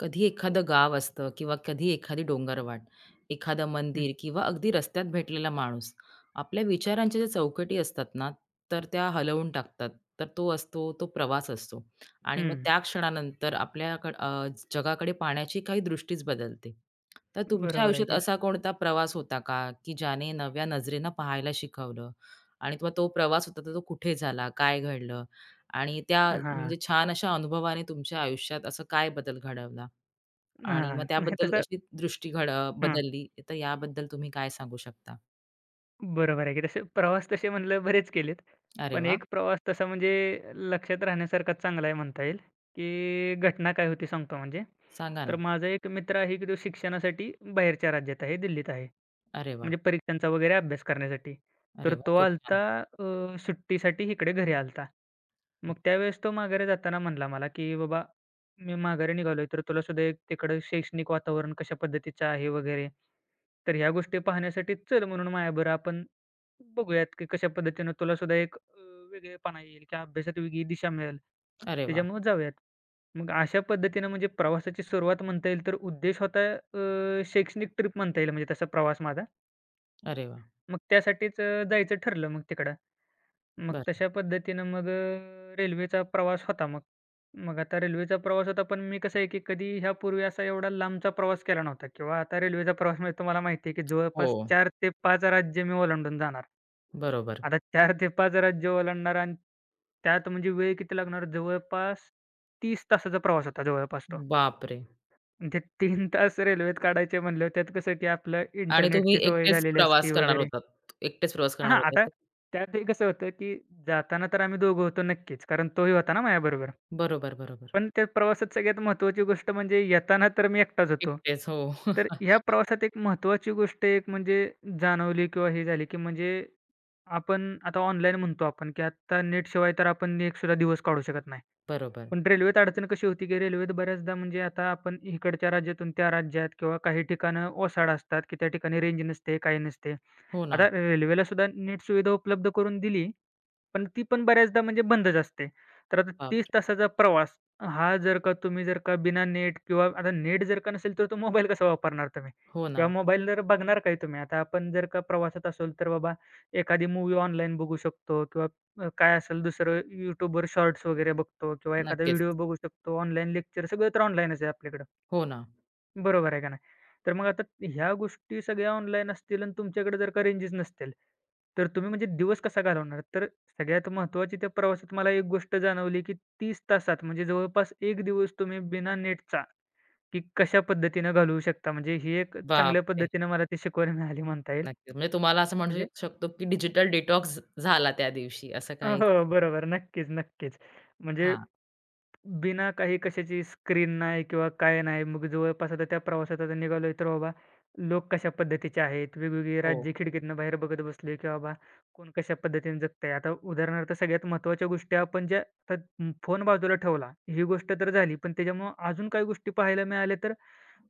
कधी एखादं गाव असतं किंवा कधी एखादी डोंगरवाट, एखादं हं, मंदिर किंवा अगदी रस्त्यात भेटलेला माणूस आपल्या विचारांच्या ज्या चौकटी असतात ना, तर त्या हलवून टाकतात. तर तो असतो, तो प्रवास असतो आणि मग हं. त्या क्षणानंतर आपल्याकडं जगाकडे पाहण्याची काही दृष्टीच बदलते. तर तुमच्या बरोबर आहे आयुष्यात की. असा कोणता प्रवास होता का, की ज्याने नव्या नजरेनं पाहायला शिकवलं आणि मग तो प्रवास होता तर तो कुठे झाला? काय घडलं? आणि त्या हां, म्हणजे छान अशा अनुभवाने तुमच्या आयुष्यात असं काय बदल घडवला? आणि मग हां. नाही त्याबद्दल तसं अशी दृष्टी हां, बदलली, तर याबद्दल तुम्ही काय सांगू शकता? बरोबर आहे की तसे प्रवास तसे म्हणलं बरेच केलेत. अरे पण वाह! एक प्रवास तसा म्हणजे लक्षात राहण्यासारखा चांगला आहे म्हणता येईल, की घटना काय होती सांगतो म्हणजे. सांगा तर ना. माझा एक मित्र आहे की तो शिक्षणासाठी बाहेरच्या राज्यात आहे, दिल्लीत आहे. अरे वाह! म्हणजे परीक्षांचा वगैरे अभ्यास करण्यासाठी. तर अरे वाह! तो खूप आलता छान. होता सुट्टीसाठी इकडे घरी आलता होता. मग त्यावेळेस तो माघारी जाताना म्हणला मला, की "बाबा, मी माघारी निघालोय, तर तुला सुद्धा एक तिकडं शैक्षणिक वातावरण कशा पद्धतीचं आहे वगैरे, तर ह्या गोष्टी पाहण्यासाठी चल म्हणून माझ्याबरोबर आपण बघूयात, की कशा पद्धतीनं तुला सुद्धा एक वेगळेपणा येईल किंवा अभ्यासात वेगळी दिशा मिळेल. अरे वाह! त्याच्यामुळे जाऊयात." मग अशा पद्धतीनं म्हणजे प्रवासाची सुरुवात म्हणता येईल, तर उद्देश होता शैक्षणिक ट्रिप म्हणता येईल म्हणजे तसा प्रवास माझा. अरे वाह! मग त्यासाठीच जायचं ठरलं मग तिकडं. मग बरं. तशा पद्धतीनं मग रेल्वेचा प्रवास होता मग. मग आता रेल्वेचा प्रवास होता, पण मी कसं आहे, की कधी ह्यापूर्वी असा एवढा लांबचा प्रवास केला नव्हता किंवा आता रेल्वेचा प्रवास म्हणजे तुम्हाला माहिती आहे, की हो, जवळपास 4 ते 5 राज्य मी ओलांडून जाणार. बरोबर. आता 4 ते 5 राज्य ओलांडणार आणि त्यात म्हणजे वेळ किती लागणार? जवळपास 30 तासाचा प्रवास होता जवळपास तो. बापरे! आणि ते 3 तास रेल्वेत काढायचे म्हणल्यावर त्यात कसं, की आपलं आणि तुम्ही इंटरनेटची सवय एकटेच झालेली असती प्रवास करणार वगैरे. होतात. एकटेच प्रवास करणार आता होतात त्यात हे कसं होतं, की जाताना तर आम्ही दोघं होतो नक्कीच, कारण तोही होता ना माझ्याबरोबर. बरोबर, बरोबर. पण त्या प्रवासात सगळ्यात महत्त्वाची गोष्ट म्हणजे येताना तर मी एकटाच होतो. एकटेच. हो. तर ह्या प्रवासात एक महत्त्वाची गोष्ट एक म्हणजे जाणवली किंवा हे झाली, की म्हणजे आपण आता ऑनलाईन म्हणतो आपण, की आता नेटशिवाय तर आपण एक सुद्धा दिवस काढू शकत नाही. बरोबर. पण रेल्वेत अडचण कशी होती, की रेल्वेत बऱ्याचदा म्हणजे आता आपण इकडच्या राज्यातून त्या राज्यात किंवा काही ठिकाणं ओसाड असतात, की त्या ठिकाणी रेंज नसते, काही नसते. हो ना. आता रेल्वेला सुद्धा नीट सुविधा उपलब्ध करून दिली पण ती पण बऱ्याचदा म्हणजे बंदच असते. तर आता 30 बापरे! तासाचा प्रवास हा जर का तुम्ही जर का बिना नेट किंवा आता नेट जर का नसेल तर तो मोबाईल कसा वापरणार तुम्ही? हो किंवा ना. मोबाईल जर बघणार काय तुम्ही? आता आपण जर का प्रवासात असेल तर बाबा एखादी मूव्ही ऑनलाईन बघू शकतो किंवा काय असेल दुसरं YouTubeवर शॉर्ट्स वगैरे बघतो किंवा एखादा नक्कीच. व्हिडिओ बघू शकतो. ऑनलाईन लेक्चर सगळं तर ऑनलाईनच आहे आपल्याकडं. हो ना. बरोबर आहे का नाही? तर मग आता ह्या गोष्टी सगळ्या ऑनलाईन असतील आणि तुमच्याकडे जर का रेंजेस नसतील, तर तुम्ही म्हणजे दिवस कसा घालवणार? तर सगळ्यात महत्त्वाची त्या प्रवासात मला एक गोष्ट जाणवली, की 30 तासात म्हणजे जवळपास एक दिवस तुम्ही बिना नेटचा, की कशा पद्धतीनं घालवू शकता. म्हणजे ही एक चांगल्या बापरे! पद्धतीनं मला ती शिकवण मिळाली म्हणता येईल. नक्कीच. म्हणजे तुम्हाला असं म्हणू म्हणजे शकतो, की डिजिटल डिटॉक्स झाला त्या दिवशी असं काही? हो, बरोबर. नक्कीच, नक्कीच. म्हणजे हां. बिना काही कशाची स्क्रीन नाही किंवा काय नाही. मग जवळपास आता त्या प्रवासात आता निघालोय, तर बाबा लोक कशा पद्धतीचे आहेत, वेगवेगळी हो. राज्य खिडकीतनं बाहेर बघत बसले, की बाबा कोण कशा पद्धतीने जगतंय. आता उदाहरणार्थ सगळ्यात महत्त्वाच्या गोष्टी आपण ज्या आता फोन बाजूला ठेवला, ही गोष्ट तर झाली. पण त्याच्यामुळं अजून काही गोष्टी पाहायला मिळाल्या, तर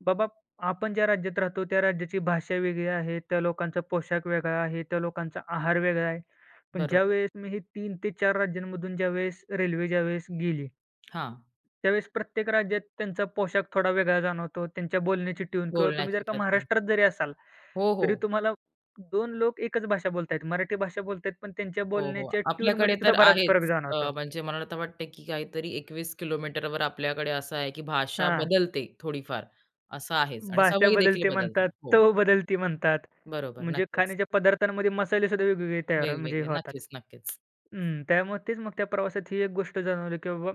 बाबा आपण ज्या राज्यात राहतो, त्या राज्याची भाषा वेगळी आहे, त्या लोकांचा पोशाख वेगळा आहे, त्या लोकांचा आहार वेगळा आहे. पण बरोबर. ज्यावेळेस मी हे 3 ते 4 राज्यांमधून ज्यावेळेस रेल्वे ज्यावेळेस गेली हां. त्यावेळेस प्रत्येक राज्यात त्यांचा पोशाख थोडा वेगळा जाणवतो. त्यांच्या बोलण्याची ट्यून किंवा तुम्ही जर बोलण्याची का पद्धत. महाराष्ट्रात जरी असाल, हो, हो. तरी तुम्हाला 2 लोक एकच भाषा बोलतायत. मराठी भाषा बोलतायत, पण त्यांच्या हो, हो. बोलण्याच्या आपल्याकडे ट्यूनमध्ये सुद्धा तर बराच फरक आहेच. जाणवतो. म्हणजे मला तर वाटतं, की काहीतरी 21 किलोमीटरवर आपल्याकडे असं आहे, की भाषा हां, बदलते थोडीफार, असं आहेच आणि भाषा सवयी देखील बदलते बदलतात. म्हणतात, हो. चव बदलती म्हणतात. बरोबर. म्हणजे नक्कीच. खाण्याच्या पदार्थांमध्ये मसाले सुद्धा वेगवेगळे तयार म्हणजे वेगवेगळ्या. होतात. नक्कीच, नक्कीच. त्यामुळे तेच मग त्या प्रवासात ही एक गोष्ट जाणवली, की बाबा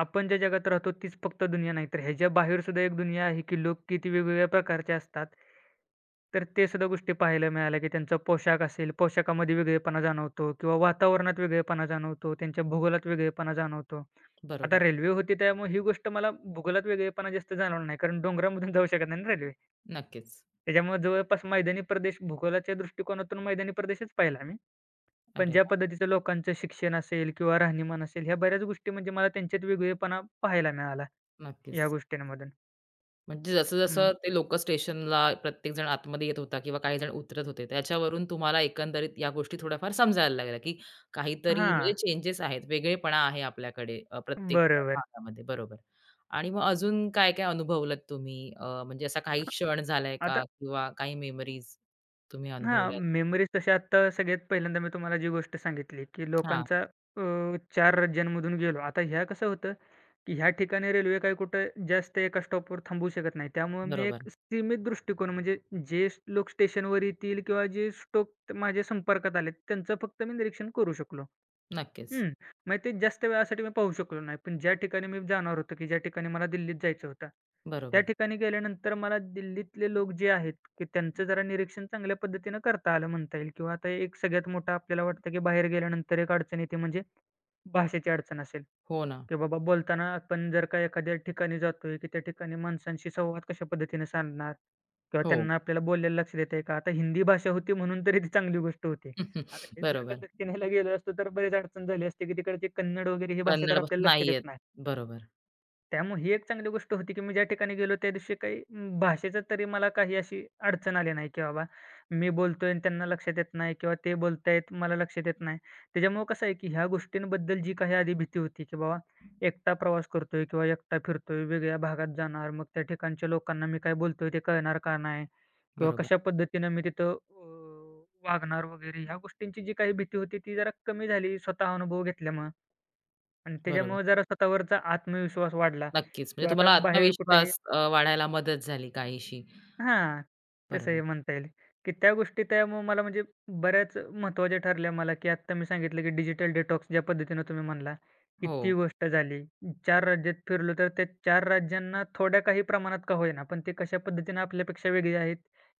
आपण ज्या जगात राहतो तीच फक्त दुनिया नाही, तर ह्याच्या बाहेर सुद्धा एक दुनिया आहे, की लोक किती वेगवेगळ्या प्रकारचे असतात. तर ते सुद्धा गोष्टी पाहायला मिळाल्या, की त्यांचा पोशाख असेल, पोशाखामध्ये वेगळेपणा जाणवतो किंवा वातावरणात वेगळेपणा जाणवतो, त्यांच्या भूगोलात वेगळेपणा जाणवतो. आता बरोबर. रेल्वे होती त्यामुळे ही गोष्ट मला भूगोलात वेगळेपणा जास्त जाणवला नाही, कारण डोंगरामधून जाऊ शकत नाही ना रेल्वे. नक्कीच. त्याच्यामुळे जवळपास मैदानी प्रदेश भूगोलाच्या दृष्टिकोनातून मैदानी प्रदेशच पाहिला मी. पण अरे ज्या वाह! पद्धतीचं लोकांचं शिक्षण असेल किंवा राहणीमान असेल, ह्या बऱ्याच गोष्टी म्हणजे मला त्यांच्यात वेगळेपणा पाहायला मिळाला नक्कीच. या गोष्टींमधून. म्हणजे मग जसं-जसं ते लोकल स्टेशनला प्रत्येकजण आतमध्ये येत होता किंवा काही जण उतरत होते, त्याच्यावरून तुम्हाला एकंदरीत या गोष्टी थोड्याफार समजायला लागल्या, की काहीतरी म्हणजे हां, चेंजेस आहेत, वेगळेपणा आहे आपल्याकडे प्रत्येक बरोबर. भागामध्ये. बरोबर. आणि मग अजून काय-काय अनुभवलत तुम्ही? म्हणजे असा काही क्षण झालाय का आता किंवा काही मेमरीज तुम्ही अनुभवल्या आहेत? मेमरीज तशा आत्ता सगळ्यात पहिल्यांदा मी तुम्हाला जी गोष्ट सांगितली, की लोकांचा अ, 4 राज्यांमधून गेलो. आता ह्या कसं होतं, की ह्या ठिकाणी रेल्वे काही कुठं जास्त एका स्टॉपवर थांबू शकत नाही. त्यामुळे मी एक बरोबर. सीमित दृष्टिकोन म्हणजे लोक स्टेशनवर येतील किंवा जे स्टोक माझ्या संपर्कात आले, त्यांचं फक्त मी निरीक्षण करू शकलो. नक्कीच. हं. मग ते जास्त वेळासाठी मी पाहू शकलो नाही. पण ज्या ठिकाणी मी जाणार होतो, की ज्या ठिकाणी मला दिल्लीत जायचं होतं, त्या बरोबर. ठिकाणी गेल्यानंतर मला दिल्लीतले लोक जे आहेत, की त्यांचं जरा निरीक्षण चांगल्या पद्धतीनं करता आलं म्हणता येईल किंवा आता एक सगळ्यात मोठा आपल्याला वाटतं, की बाहेर गेल्यानंतर एक अडचण येते म्हणजे भाषेची अडचण असेल. हो ना. की बाबा बोलताना आपण जर का एखाद्या ठिकाणी जातोय, की त्या ठिकाणी माणसांशी संवाद कशा पद्धतीने साधणार किंवा हो. त्यांना आपल्याला बोलायला लक्ष देता आहे का? आता हिंदी भाषा होती म्हणून तरी ती चांगली गोष्ट होती. आता हेच जर का बरोबर. दक्षिणेला गेलो असतो तर बरीच अडचण झाली असती, की तिकडची कन्नड वगैरे ही भाषा तर कन्नड भाषा आपल्याला लक्ष नाही देत येत. नाही. बरोबर, त्यामुळे ही एक चांगली गोष्ट होती, की मी ज्या ठिकाणी गेलो त्या दिवशी काही भाषेचं तरी मला काही अशी अडचण आली नाही, की बाबा मी बोलतोय आणि त्यांना लक्षात येत नाही किंवा ते बोलतायत मला लक्षात येत नाही. त्याच्यामुळं कसं आहे, की ह्या गोष्टींबद्दल जी काही आधी भीती होती, की बाबा एकटा प्रवास करतोय किंवा एकटा फिरतोय, वेगळ्या भागात जाणार, मग त्या ठिकाणच्या लोकांना मी काय बोलतोय ते कळणार का नाही किंवा बरोबर, कशा पद्धतीनं मी तिथं वागणार वगैरे ह्या गोष्टींची जी काही भीती होती ती जरा कमी झाली स्वतः अनुभव घेतल्यामुळं. आणि बरोबर. त्याच्यामुळे जरा स्वतःवरचा आत्मविश्वास वाढला नक्कीच. म्हणजे किंवा आता तुम्हाला बाहेर कुठेही आत्मविश्वास वाढायला मदत झाली काहीशी. हां, तसं बरोबर. हे म्हणता येईल, की त्या गोष्टी त्यामुळे मला म्हणजे बऱ्याच महत्त्वाच्या ठरल्या मला, की आत्ता मी सांगितलं, की डिजिटल डिटॉक्स ज्या पद्धतीनं तुम्ही म्हणला, की हो. ती गोष्ट झाली. 4 राज्यात फिरलो तर त्या 4 राज्यांना थोड्या काही प्रमाणात का होईना, पण ते कशा पद्धतीनं आपल्यापेक्षा वेगळी आहेत,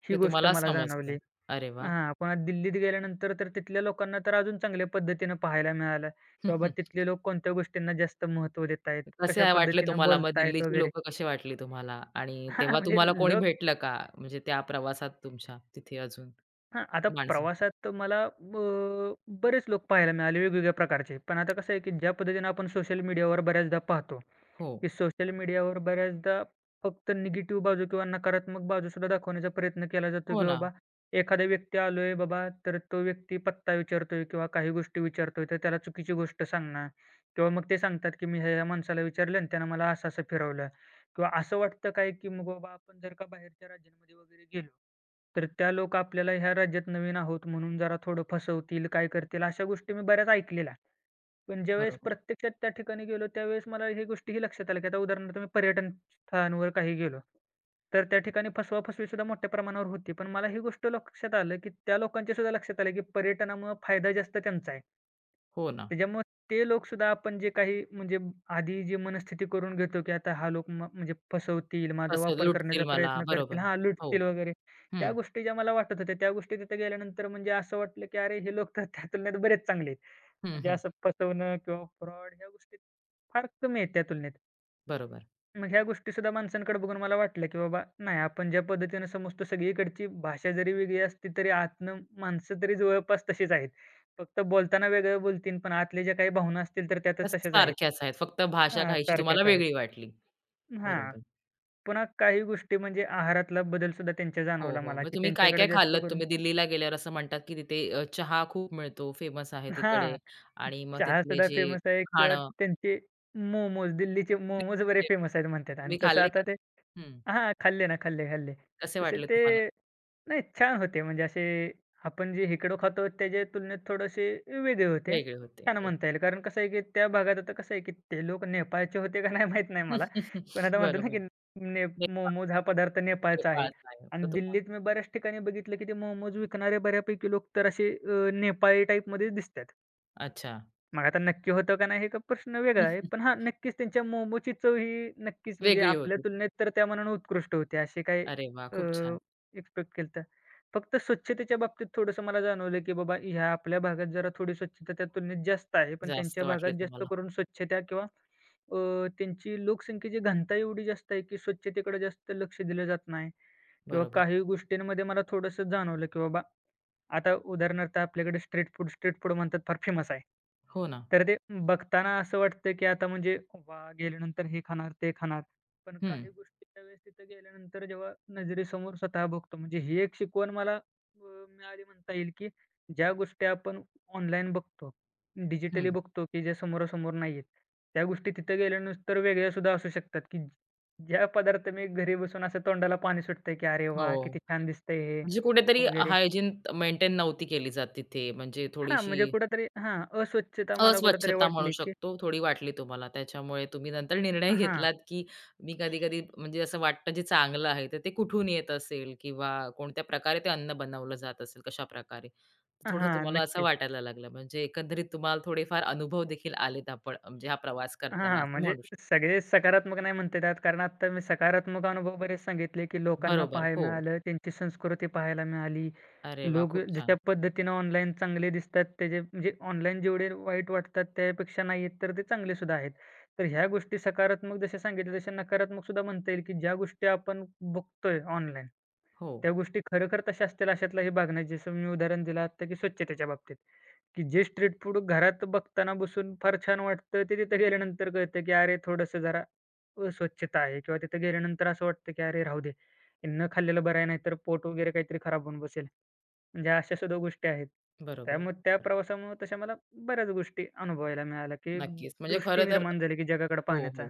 ही हे गोष्ट तुम्हाला मला समजलं. जाणवली. अरे वाह! पुन्हा दिल्लीत गेल्यानंतर तर तिथल्या लोकांना तर अजून चांगल्या पद्धतीनं पाहायला मिळालं, की बाबा तिथले लोक कोणत्या गोष्टींना जास्त महत्त्व देत आहेत, कसे कशा आहे वाटले पद्धतीनं तुम्हाला मग बोलतायत दिल्लीची वगैरे. लोकं कशी वाटली तुम्हाला? आणि हां, तेव्हा म्हणजे तुम्हाला कोणी भेटलं का? म्हणजे त्या प्रवासात तुमच्या तिथे अजून आता माणसं? प्रवासात तर मला बरेच लोक पाहायला मिळाले वेगवेगळ्या प्रकारचे. पण आता कसं आहे, की ज्या पद्धतीनं आपण सोशल मीडियावर बऱ्याचदा पाहतो, हो. की सोशल मीडियावर बऱ्याचदा फक्त निगेटिव्ह बाजू किंवा नकारात्मक बाजूसुद्धा दाखवण्याचा प्रयत्न केला जातो, हो की ना. बाबा एखादा व्यक्ती आलोय बाबा, तर तो व्यक्ती पत्ता विचारतोय किंवा काही गोष्टी विचारतोय, तर त्याला चुकीची गोष्ट सांगणं किंवा मग ते सांगतात, की मी ह्या-ह्या माणसाला विचारलं आणि त्यानं मला असं-असं फिरवलं किंवा असं वाटतं काय, की मग बाबा आपण जर का बाहेरच्या राज्यांमध्ये वगैरे गेलो तर त्या लोकं आपल्याला ह्या राज्यात नवीन आहोत म्हणून जरा थोडं फसवतील, काय करतील, अशा गोष्टी मी बऱ्याच ऐकलेल्या. पण ज्यावेळेस बरोबर. प्रत्यक्षात त्या ठिकाणी गेलो, त्यावेळेस मला ह्या गोष्टीही लक्षात आल्या, की आता उदाहरणार्थ मी पर्यटन स्थळांवर काही गेलो, तर त्या ठिकाणी फसवा-फसवीसुद्धा मोठ्या प्रमाणावर होती. पण मला ही गोष्ट लक्षात आलं, की त्या लोकांच्यासुद्धा लक्षात आलं, की पर्यटनामुळं फायदा जास्त त्यांचा आहे. हो ना. त्याच्यामुळे ते लोकसुद्धा आपण जे काही म्हणजे आधी जी मनस्थिती करून घेतो, की आता हा लोक म्हणजे फसवतील, माझा असं वापर लुटतील करण्याचा मला. प्रयत्न करतील बरोबर. हो. लुटतील वगैरे. त्या हं. गोष्टी ज्या मला वाटत होत्या, त्या गोष्टी तिथे गेल्यानंतर म्हणजे असं वाटलं, की अरे हे लोक तर त्या तुलनेत बरेच चांगले आहेत. हं, म्हणजे हं. असं फसवणं किंवा फ्रॉड ह्या गोष्टी फार कमी आहेत त्या तुलनेत. बरोबर. मग ह्या गोष्टीसुद्धा माणसांकडे बघून मला वाटलं, की बाबा नाही आपण ज्या पद्धतीनं समजतो सगळीकडची भाषा जरी वेगळी असली तरी आतनं माणसं तरी जवळपास तशीच आहेत. फक्त बोलताना वेगळं बोलतील पण आतल्या ज्या काही भावना असतील तर त्या त्यातच तशाच आहेत. सारख्याच आहेत. फक्त भाषा काहीशी तुम्हाला सारख्याच आहेत. वेगळी वाटली. हां, बरोबर. पुन्हा काही गोष्टी म्हणजे आहारातला बदलसुद्धा त्यांच्या हो, जाणवला हो. मला, मग की तुम्ही त्यांच्याकडे काय-काय जास्त खाल्लत? करून तुम्ही दिल्लीला गेल्यावर असं म्हणतात, की तिथे चहा खूप मिळतो, फेमस आहे तिकडे हां, आणि मग तिथले चहासुद्धा जे फेमस आहे किंवा खाणं त्यांचे मोमोज, दिल्लीचे मोमोज बरे ते फेमस आहेत म्हणतात आणि तुम्ही तसं खाल्ले का? आता ते हं. खाल्ले ना, खाल्ले, खाल्ले. कसे तसे वाटले ते तुम्हाला? नाही छान होते म्हणजे असे आपण जे इकडं खातो त्याच्या तुलनेत थोडेसे वेगळे होते. वेगळे होते. छान ओके. म्हणता येईल. कारण कसं आहे, की त्या भागात आता कसं आहे, की ते लोक नेपाळचे होते का नाही माहीत नाही मला. पण आता म्हणतात ना, बरोबर. की ने नेपाळ, मोमोज हा पदार्थ नेपाळचा आहे. नेपाळचा आहे तर आणि तुम्हाला दिल्लीत मी बऱ्याच ठिकाणी बघितलं, की ते मोमोज विकणारे बऱ्यापैकी लोक तर असे नेपाळी टाईपमध्येच दिसतात. अच्छा. मग आता नक्की होतं का नाही, हे का प्रश्न वेगळा आहे. पण हा नक्कीच त्यांच्या मोमोची चव ही नक्कीच म्हणजे वेगळी आपल्या होती. तुलनेत तर त्या मानानं उत्कृष्ट होते. असे काही अरे वाह! अ, खूप छान. एक्सपेक्ट केलं होतं. फक्त स्वच्छतेच्या बाबतीत थोडंसं मला जाणवलं, की बाबा ह्या आपल्या भागात जरा थोडी स्वच्छता त्या तुलनेत जास्त आहे. पण जास्त त्यांच्या भागात वाटले जास्त तुम्हाला. करून स्वच्छता किंवा त्यांची लोकसंख्येची घनता एवढी जास्त आहे, की स्वच्छतेकडे जास्त लक्ष दिलं जात नाही किंवा बरोबर. काही गोष्टींमध्ये मला थोडंसं जाणवलं, की बाबा आता उदाहरणार्थ आपल्याकडे स्ट्रीट फूड स्ट्रीट फूड म्हणतात फार फेमस आहे. हो ना. तर ते बघताना असं वाटतं, की आता म्हणजे वा गेल्यानंतर हे खाणार, ते खाणार. पण हं, काही गोष्टी त्यावेळेस तिथं गेल्यानंतर जेव्हा नजरेसमोर स्वतः बघतो म्हणजे ही एक शिकवण मला मिळाली म्हणता येईल, की ज्या गोष्टी आपण ऑनलाईन बघतो, डिजिटली हं. बघतो, की ज्या समोरासमोर नाही आहेत, त्या गोष्टी तिथं गेल्यानंतर वेगळ्या सुद्धा असू शकतात, की ज्या पदार्थ मी घरी बसून असं तोंडाला पाणी सुटतंय, की "अरे वाह! हो. किती छान दिसतंय हे" म्हणजे कुठेतरी वगैरे. हायजीन मेंटेन नव्हती केली जात तिथे. म्हणजे हां, म्हणजे थोडीशी कुठेतरी हां, अस्वच्छता मला कुठेतरी अस्वच्छता म्हणू वाटली, की शकतो, थोडी वाटली तुम्हाला. त्याच्यामुळे तुम्ही नंतर निर्णय हां, घेतलात, की मी कधी-कधी म्हणजे असं वाटतं जे चांगलं आहे, तर ते कुठून येत असेल किंवा कोणत्या प्रकारे ते अन्न बनवलं जात असेल, कशाप्रकारे? थोडं हां, तुम्हाला असं नक्कीच. वाटायला लागलं. म्हणजे एकंदरीत तुम्हाला थोडेफार अनुभव देखील आलेत आपण म्हणजे हा प्रवास करताना हां, असं म्हणजे म्हणू शकतो. सगळे सकारात्मक नाही म्हणता येतात कारण आत्ता मी सकारात्मक अनुभव बरेच सांगितले, की लोकांना बरोबर. पाहायला हो. मिळालं, त्यांची संस्कृती पाहायला मिळाली. अरे वाह! लोक खूप छान. जशा पद्धतीनं ऑनलाईन चांगले दिसतात त्याचे म्हणजे ऑनलाईन जेवढे वाईट वाटतात त्यापेक्षा नाही आहेत, तर ते चांगले सुद्धा आहेत. तर ह्या गोष्टी सकारात्मक जशा सांगितल्या तशा नकारात्मक सुद्धा म्हणता येईल, की ज्या गोष्टी आपण बघतोय ऑनलाईन हो. त्या गोष्टी खरोखर तशा असतील अशातला हे भाग नाही. जसं मी उदाहरण दिलं आत्ता, की स्वच्छतेच्या बाबतीत, की जे स्ट्रीट फूड घरात बघताना बसून फार छान वाटतं, ते तिथे गेल्यानंतर कळतं, की अरे थोडंसं जरा अस्वच्छता आहे किंवा तिथे गेल्यानंतर असं वाटतं, की अरे राहू दे, हे न खाल्लेलं बरं आहे, नाहीतर पोट वगैरे काहीतरी खराब होऊन बसेल. म्हणजे अशा सुद्धा गोष्टी आहेत. बरोबर. त्यामुळे त्या प्रवासामुळे तशा मला बऱ्याच गोष्टी अनुभवायला मिळाल्या, की एक नक्कीच. म्हणजे दृष्टी खरं तर निर्माण झाली, की जगाकडे हो, पाहण्याचा. हो.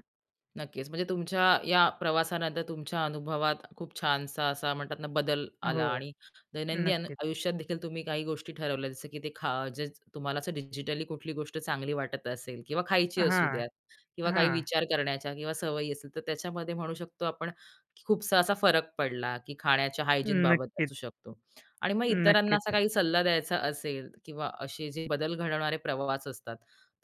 नक्कीच. म्हणजे तुमच्या या प्रवासानंतर तुमच्या अनुभवात खूप छानसा असा म्हणतात ना बदल हो, आला आणि दैनंदिन नक्कीच. आयुष्यात देखील तुम्ही काही गोष्टी ठरवल्या जसं की ते खा जे तुम्हाला असं डिजिटली कुठली गोष्ट चांगली वाटत असेल किंवा खायची असू हां, द्यात किंवा काही हां. विचार करण्याच्या किंवा सवयी असेल तर त्याच्यामध्ये म्हणू शकतो आपण की खूपसा असा फरक पडला की खाण्याच्या हायजीन बाबत नक्कीच, असू शकतो. आणि मग इतरांना असा नक्कीच. काही सल्ला द्यायचा असेल किंवा असे जे बदल घडवणारे प्रवास असतात,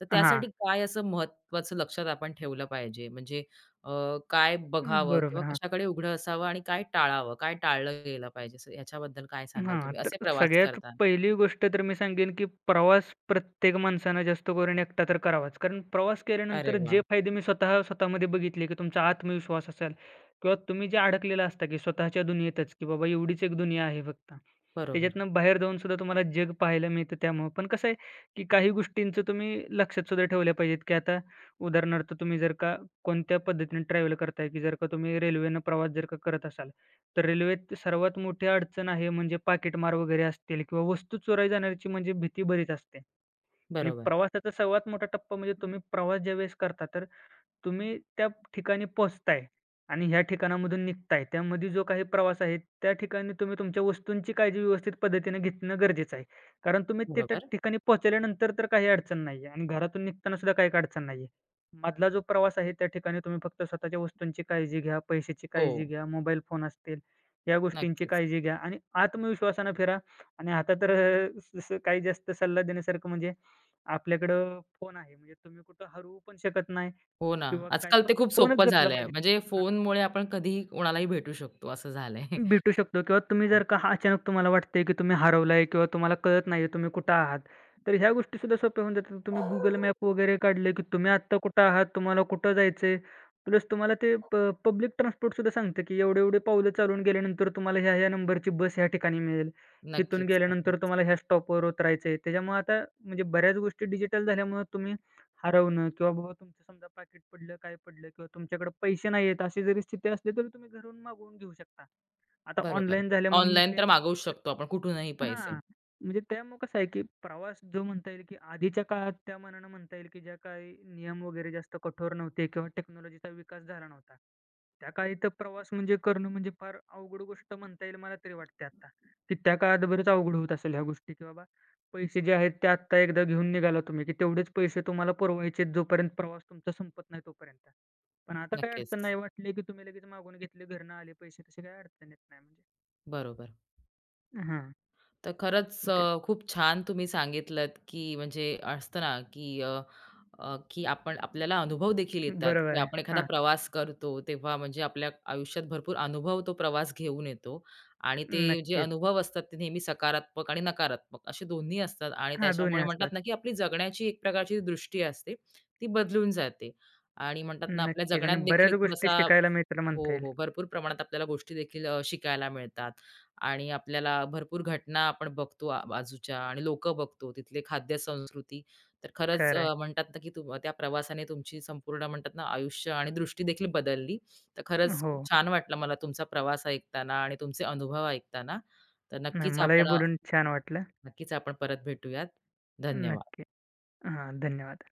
तर हां. त्यासाठी काय असं महत्त्वाचं लक्षात आपण ठेवलं पाहिजे? म्हणजे काय बघावं किंवा बरोबर. हां. कशाकडे उघडं असावं आणि काय टाळावं, काय टाळलं गेलं पाहिजे असं याच्याबद्दल काय सांगाल हां. तुम्ही? तर असे प्रवास सगळ्यात करता. पहिली गोष्ट तर मी सांगेन, की प्रवास प्रत्येक माणसानं जास्त करून एकटा तर करावाच. कारण प्रवास अरे केल्यानंतर वा जे फायदे मी स्वतः स्वतःमध्ये बघितले, की तुमचा आत्मविश्वास असेल किंवा तुम्ही जे अडकलेला असता, की स्वतःच्या दुनियेतच, की बाबा एवढीच एक दुनिया आहे फक्त. बरोबर, त्याच्यातनं बाहेर जाऊन सुद्धा तुम्हाला जग पाहायला मिळतं त्यामुळं. पण कसं आहे, की काही गोष्टींचं तुम्ही लक्षात सुद्धा ठेवल्या पाहिजेत, की आता उदाहरणार्थ तुम्ही जर का कोणत्या पद्धतीने ट्रॅव्हल करताय, की जर का तुम्ही रेल्वेनं प्रवास जर का करत असाल तर रेल्वेत सर्वात मोठी अडचण आहे म्हणजे पाकीटमार वगैरे असतील किंवा वस्तू चोराई जाण्याची म्हणजे भीती बरीच असते. आणि बरोबर, प्रवासाचा सर्वात मोठा टप्पा म्हणजे तुम्ही प्रवास ज्यावेळेस करता, तर तुम्ही त्या ठिकाणी पोहोचताय आणि ह्या ठिकाणामधून निघताय. त्यामध्ये जो काही प्रवास आहे, त्या ठिकाणी तुम्ही तुमच्या वस्तूंची काळजी व्यवस्थित पद्धतीने घेणं गरजेचं आहे. कारण तुम्ही ते त्या बरोबर. ठिकाणी पोहोचल्यानंतर तर काही अडचण नाहीये आणि घरातून निघताना सुद्धा काही अडचण नाहीये. मधला जो प्रवास आहे, त्या ठिकाणी तुम्ही फक्त स्वतःच्या वस्तूंची काळजी घ्या, पैशाची काळजी हो, घ्या, मोबाईल फोन असतील, या गोष्टींची नक्कीच. काळजी घ्या आणि आत्मविश्वासानं फिरा आणि आता तर अ, स स काही जास्त सल्ला देण्यासारखं म्हणजे आपल्याकडं फोन आहे म्हणजे तुम्ही कुठं हरवू पण शकत नाही हो ना, किंवा काय आजकाल ते फक्त खूप फोनच सोपं जपला झालंय. पाहिजे. म्हणजे फोनमुळे आपण कधीही कोणालाही भेटू शकतो असं झालंय. भेटू शकतो किंवा तुम्ही हो, जर का अचानक तुम्हाला वाटतंय, की तुम्ही हरवलाय किंवा तुम्हाला कळत नाहीये तुम्ही कुठं आहात. तर ह्या गोष्टीसुद्धा सोप्या होऊन जातात. तुम्ही Google मॅप वगैरे काढले, की तुम्ही आत्ता कुठं आहात, तुम्हाला कुठं जायचंय. प्लस तुम्हाला ते पब्लिक ट्रान्सपोर्टसुद्धा सांगतं, की एवढे-एवढे पावलं चालून गेल्यानंतर तुम्हाला ह्या-ह्या नंबरची बस ह्या ठिकाणी मिळेल. इथून नक्कीच, गेल्यानंतर नक्कीच. तुम्हाला ह्या स्टॉपवर उतरायचंय. त्याच्यामुळे आता म्हणजे बऱ्याच गोष्टी डिजिटल झाल्यामुळे तुम्ही हरवणं किंवा बाबा तुमचं समजा पाकीट पडलं, काय पडलं किंवा तुमच्याकडे पैसे नाहीयेत, अशी जरी स्थिती असली तरी तुम्ही घरून मागवून घेऊ शकता. आता बरोबर. ऑनलाईन झाल्यामुळे ऑनलाईन UPI तर मागवू शकतो आपण कुठूनही पैसे. हां, म्हणजे त्यामुळे कसं आहे, की प्रवास जो म्हणता येईल, की आधीच्या काळात त्या मानानं म्हणता येईल, की ज्या काही नियम वगैरे जास्त कठोर नव्हते किंवा टेक्नॉलॉजीचा विकास झाला नव्हता. त्या काळी तर प्रवास म्हणजे करणं म्हणजे फार अवघड गोष्ट म्हणता येईल मला तरी वाटते आता, की त्या काळात बरंच अवघड होत असेल ह्या गोष्टी, की बाबा पैसे जे आहेत ते आत्ता एकदा घेऊन निघाला तुम्ही, की तेवढेच पैसे तुम्हाला पुरवायचे जोपर्यंत प्रवास तुमचा संपत नाही तोपर्यंत. पण आता काही अडचण नक्कीच, नाही, वाटली की तुम्ही लगेच मागून घेतले, घरनं आले पैसे, तशी काही अडचण येत नाही म्हणजे. बरोबर. हां, तर खरंच ते खूप छान तुम्ही सांगितलंत, की म्हणजे असतं ना, की अ, अ, की आपण आपल्याला अनुभव देखील येतात, की बरोबर आहे. आपण एखादा हां, प्रवास करतो तेव्हा म्हणजे आपल्या आयुष्यात भरपूर अनुभव तो प्रवास घेऊन येतो आणि ते जे नक्कीच. अनुभव असतात ते नेहमी सकारात्मक आणि नकारात्मक असे दोन्ही असतात आणि हां, दोन्ही त्याच्यामुळे असतात. म्हणतात ना, की आपली जगण्याची एक प्रकारची दृष्टी असते ती बदलून जाते आणि म्हणतात ना, आपल्या नक्कीच जगण्यात आणि देखील बऱ्याच एक गोष्टी थोडासा शिकायला मिळतील हो, म्हणता येईल. हो. भरपूर प्रमाणात आपल्याला गोष्टी देखील शिकायला मिळतात आणि आपल्याला भरपूर घटना आपण बघतो बाजूच्या आणि लोकं बघतो, तिथले खाद्य संस्कृती. तर खरंच खरं आहे. म्हणतात ना, की त्या प्रवासाने तुमची संपूर्ण म्हणतात ना, आयुष्य आणि दृष्टी देखील बदलली. तर खरंच हो. खूप छान वाटलं मला तुमचा प्रवास ऐकताना आणि तुमचे अनुभव ऐकताना. तर नाही नक्कीच मलाही आपण बोलून छान वाटलं. नक्कीच आपण परत भेटूयात. धन्यवाद. नक्की. हां, धन्यवाद.